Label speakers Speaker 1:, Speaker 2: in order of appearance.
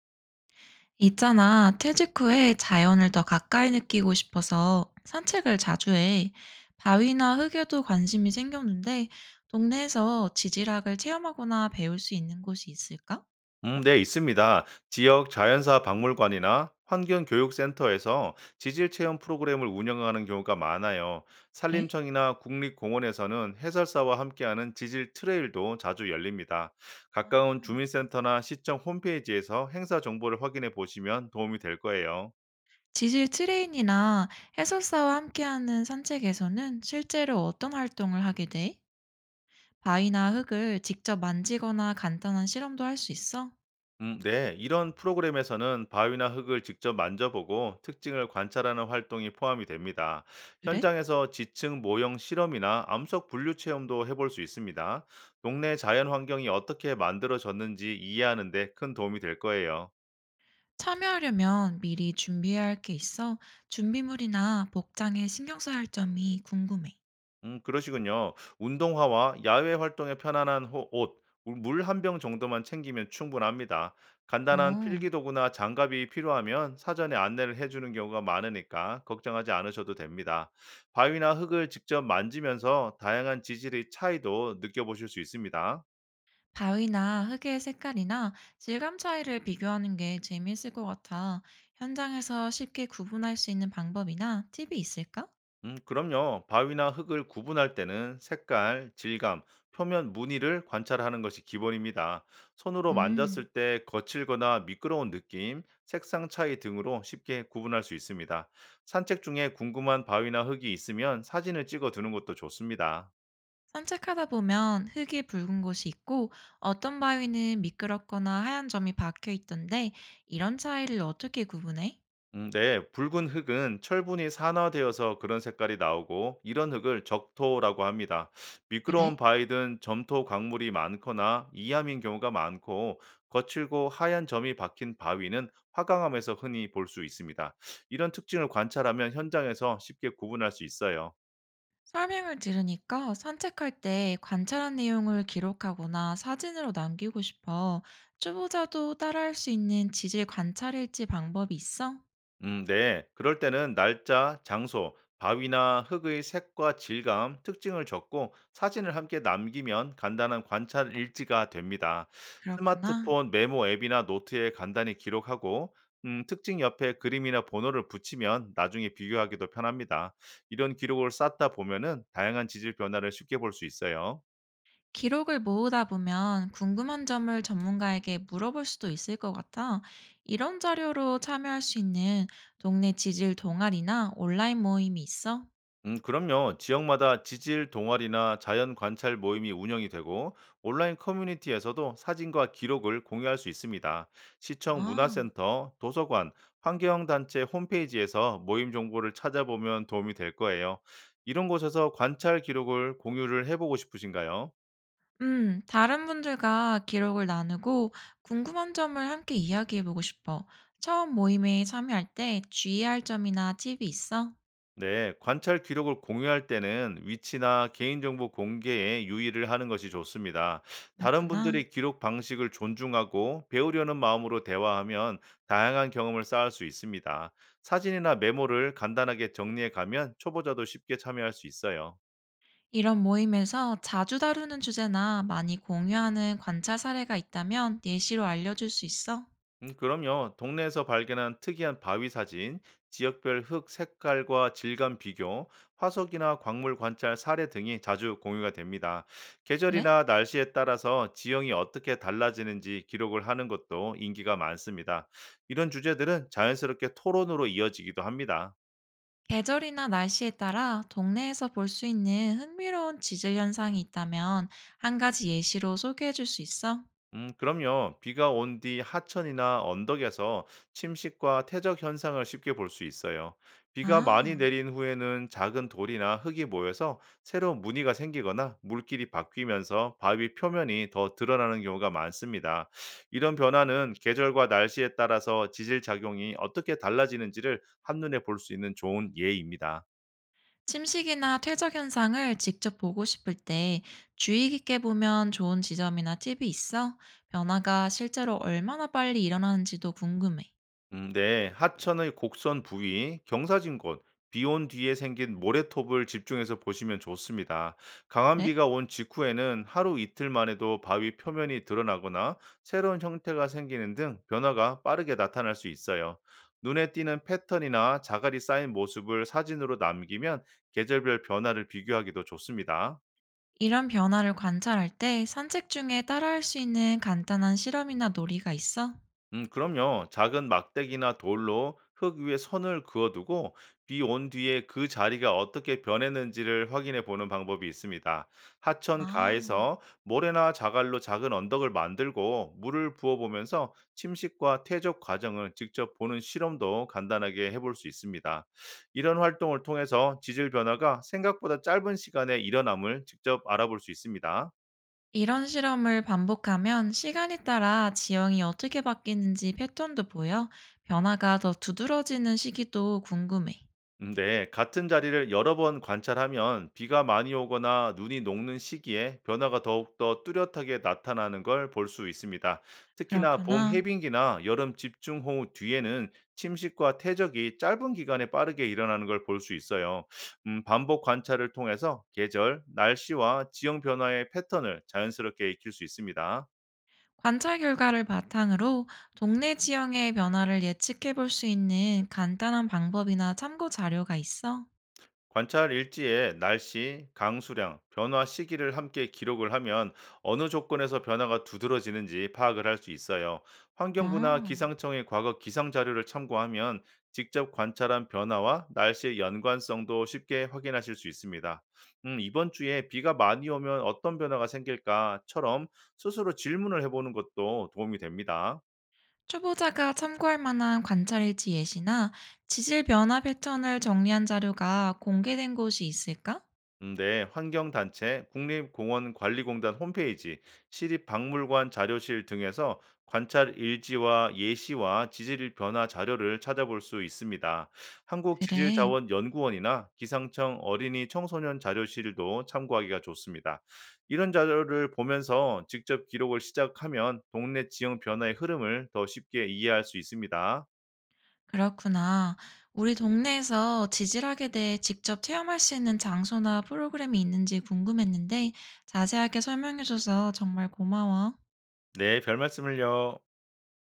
Speaker 1: 있잖아, 퇴직 후에 자연을 더 가까이 느끼고 싶어서 산책을 자주 해. 바위나 흙에도 관심이 생겼는데, 동네에서 지질학을 체험하거나 배울 수 있는 곳이 있을까?
Speaker 2: 네, 있습니다. 지역 자연사 박물관이나 환경교육센터에서 지질 체험 프로그램을 운영하는 경우가 많아요.
Speaker 1: 그래?
Speaker 2: 산림청이나 국립공원에서는 해설사와 함께하는 지질 트레일도 자주 열립니다. 가까운
Speaker 1: 아.
Speaker 2: 주민센터나 시청 홈페이지에서 행사 정보를 확인해 보시면 도움이 될 거예요.
Speaker 1: 지질 트레인이나 해설사와 함께하는 산책에서는 실제로 어떤 활동을 하게 돼? 바위나 흙을 직접 만지거나 간단한 실험도 할 수 있어?
Speaker 2: 네. 이런 프로그램에서는 바위나 흙을 직접 만져보고 특징을 관찰하는 활동이 포함이 됩니다.
Speaker 1: 그래?
Speaker 2: 현장에서 지층 모형 실험이나 암석 분류 체험도 해볼 수 있습니다. 동네 자연 환경이 어떻게 만들어졌는지 이해하는 데 큰 도움이 될 거예요.
Speaker 1: 참여하려면 미리 준비해야 할 게 있어? 준비물이나 복장에 신경 써야 할 점이 궁금해.
Speaker 2: 그러시군요. 운동화와 야외 활동에 편안한 호 옷, 물 한 병 정도만 챙기면 충분합니다. 간단한
Speaker 1: 어,
Speaker 2: 필기도구나 장갑이 필요하면 사전에 안내를 해 주는 경우가 많으니까 걱정하지 않으셔도 됩니다. 바위나 흙을 직접 만지면서 다양한 지질의 차이도 느껴보실 수 있습니다.
Speaker 1: 바위나 흙의 색깔이나 질감 차이를 비교하는 게 재미있을 것 같아. 현장에서 쉽게 구분할 수 있는 방법이나 팁이 있을까?
Speaker 2: 그럼요. 바위나 흙을 구분할 때는 색깔, 질감, 표면 무늬를 관찰하는 것이 기본입니다. 손으로 만졌을
Speaker 1: 음,
Speaker 2: 때 거칠거나 미끄러운 느낌, 색상 차이 등으로 쉽게 구분할 수 있습니다. 산책 중에 궁금한 바위나 흙이 있으면 사진을 찍어 두는 것도 좋습니다.
Speaker 1: 산책하다 보면 흙이 붉은 곳이 있고 어떤 바위는 미끄럽거나 하얀 점이 박혀 있던데 이런 차이를 어떻게 구분해?
Speaker 2: 네, 붉은 흙은 철분이 산화되어서 그런 색깔이 나오고 이런 흙을 적토라고 합니다. 미끄러운
Speaker 1: 그래?
Speaker 2: 바위든 점토 광물이 많거나 이암인 경우가 많고 거칠고 하얀 점이 박힌 바위는 화강암에서 흔히 볼 수 있습니다. 이런 특징을 관찰하면 현장에서 쉽게 구분할 수 있어요.
Speaker 1: 설명을 들으니까 산책할 때 관찰한 내용을 기록하거나 사진으로 남기고 싶어. 초보자도 따라할 수 있는 지질 관찰 일지 방법이 있어?
Speaker 2: 네. 그럴 때는 날짜, 장소, 바위나 흙의 색과 질감, 특징을 적고 사진을 함께 남기면 간단한 관찰 일지가 됩니다.
Speaker 1: 그렇구나.
Speaker 2: 스마트폰 메모 앱이나 노트에 간단히 기록하고, 특징 옆에 그림이나 번호를 붙이면 나중에 비교하기도 편합니다. 이런 기록을 쌓다 보면은 다양한 지질 변화를 쉽게 볼 수 있어요.
Speaker 1: 기록을 모으다 보면 궁금한 점을 전문가에게 물어볼 수도 있을 것 같아. 이런 자료로 참여할 수 있는 동네 지질 동아리나 온라인 모임이 있어?
Speaker 2: 그럼요. 지역마다 지질 동아리나 자연 관찰 모임이 운영이 되고 온라인 커뮤니티에서도 사진과 기록을 공유할 수 있습니다. 시청
Speaker 1: 아.
Speaker 2: 문화센터, 도서관, 환경단체 홈페이지에서 모임 정보를 찾아보면 도움이 될 거예요. 이런 곳에서 관찰 기록을 공유를 해보고 싶으신가요?
Speaker 1: 다른 분들과 기록을 나누고 궁금한 점을 함께 이야기해보고 싶어. 처음 모임에 참여할 때 주의할 점이나 팁이 있어?
Speaker 2: 네, 관찰 기록을 공유할 때는 위치나 개인정보 공개에 유의를 하는 것이 좋습니다. 다른
Speaker 1: 그렇구나.
Speaker 2: 분들의 기록 방식을 존중하고 배우려는 마음으로 대화하면 다양한 경험을 쌓을 수 있습니다. 사진이나 메모를 간단하게 정리해 가면 초보자도 쉽게 참여할 수 있어요.
Speaker 1: 이런 모임에서 자주 다루는 주제나 많이 공유하는 관찰 사례가 있다면 예시로 알려줄 수 있어?
Speaker 2: 그럼요. 동네에서 발견한 특이한 바위 사진, 지역별 흙 색깔과 질감 비교, 화석이나 광물 관찰 사례 등이 자주 공유가 됩니다.
Speaker 1: 그래?
Speaker 2: 계절이나 날씨에 따라서 지형이 어떻게 달라지는지 기록을 하는 것도 인기가 많습니다. 이런 주제들은 자연스럽게 토론으로 이어지기도 합니다.
Speaker 1: 계절이나 날씨에 따라 동네에서 볼 수 있는 흥미로운 지질 현상이 있다면 한 가지 예시로 소개해줄 수 있어?
Speaker 2: 그럼요. 비가 온 뒤 하천이나 언덕에서 침식과 퇴적 현상을 쉽게 볼 수 있어요. 비가 많이
Speaker 1: 아.
Speaker 2: 내린 후에는 작은 돌이나 흙이 모여서 새로운 무늬가 생기거나 물길이 바뀌면서 바위 표면이 더 드러나는 경우가 많습니다. 이런 변화는 계절과 날씨에 따라서 지질 작용이 어떻게 달라지는지를 한눈에 볼 수 있는 좋은 예입니다.
Speaker 1: 침식이나 퇴적 현상을 직접 보고 싶을 때 주의 깊게 보면 좋은 지점이나 팁이 있어? 변화가 실제로 얼마나 빨리 일어나는지도 궁금해.
Speaker 2: 네, 하천의 곡선 부위, 경사진곳, 비온 뒤에 생긴 모래톱을 집중해서 보시면 좋습니다. 강한
Speaker 1: 그래?
Speaker 2: 비가 온 직후에는 하루 이틀만 해도 바위 표면이 드러나거나 새로운 형태가 생기는 등 변화가 빠르게 나타날 수 있어요. 눈에 띄는 패턴이나 자갈이 쌓인 모습을 사진으로 남기면 계절별 변화를 비교하기도 좋습니다.
Speaker 1: 이런 변화를 관찰할 때 산책 중에 따라할 수 있는 간단한 실험이나 놀이가 있어?
Speaker 2: 그럼요. 작은 막대기나 돌로 흙 위에 선을 그어두고 비 온 뒤에 그 자리가 어떻게 변했는지를 확인해 보는 방법이 있습니다. 하천
Speaker 1: 아,
Speaker 2: 가에서 모래나 자갈로 작은 언덕을 만들고 물을 부어보면서 침식과 퇴적 과정을 직접 보는 실험도 간단하게 해볼 수 있습니다. 이런 활동을 통해서 지질 변화가 생각보다 짧은 시간에 일어남을 직접 알아볼 수 있습니다.
Speaker 1: 이런 실험을 반복하면 시간에 따라 지형이 어떻게 바뀌는지 패턴도 보여. 변화가 더 두드러지는 시기도 궁금해.
Speaker 2: 네, 같은 자리를 여러 번 관찰하면 비가 많이 오거나 눈이 녹는 시기에 변화가 더욱더 뚜렷하게 나타나는 걸 볼 수 있습니다. 특히나 봄
Speaker 1: 그렇구나.
Speaker 2: 해빙기나 여름 집중호우 뒤에는 침식과 퇴적이 짧은 기간에 빠르게 일어나는 걸 볼 수 있어요. 반복 관찰을 통해서 계절, 날씨와 지형 변화의 패턴을 자연스럽게 익힐 수 있습니다.
Speaker 1: 관찰 결과를 바탕으로 동네 지형의 변화를 예측해 볼 수 있는 간단한 방법이나 참고 자료가 있어?
Speaker 2: 관찰 일지에 날씨, 강수량, 변화 시기를 함께 기록을 하면 어느 조건에서 변화가 두드러지는지 파악을 할 수 있어요. 환경부나
Speaker 1: 아,
Speaker 2: 기상청의 과거 기상 자료를 참고하면 직접 관찰한 변화와 날씨의 연관성도 쉽게 확인하실 수 있습니다. 이번 주에 비가 많이 오면 어떤 변화가 생길까?처럼 스스로 질문을 해보는 것도 도움이 됩니다.
Speaker 1: 초보자가 참고할 만한 관찰일지 예시나 지질 변화 패턴을 정리한 자료가 공개된 곳이 있을까?
Speaker 2: 네, 환경단체, 국립공원관리공단 홈페이지, 시립박물관 자료실 등에서 관찰 일지와 예시와 지질 변화 자료를 찾아볼 수 있습니다.
Speaker 1: 그래,
Speaker 2: 한국지질자원연구원이나 기상청 어린이 청소년 자료실도 참고하기가 좋습니다. 이런 자료를 보면서 직접 기록을 시작하면 동네 지형 변화의 흐름을 더 쉽게 이해할 수 있습니다.
Speaker 1: 그렇구나. 우리 동네에서 지질학에 대해 직접 체험할 수 있는 장소나 프로그램이 있는지 궁금했는데 자세하게 설명해줘서 정말 고마워.
Speaker 2: 네, 별 말씀을요.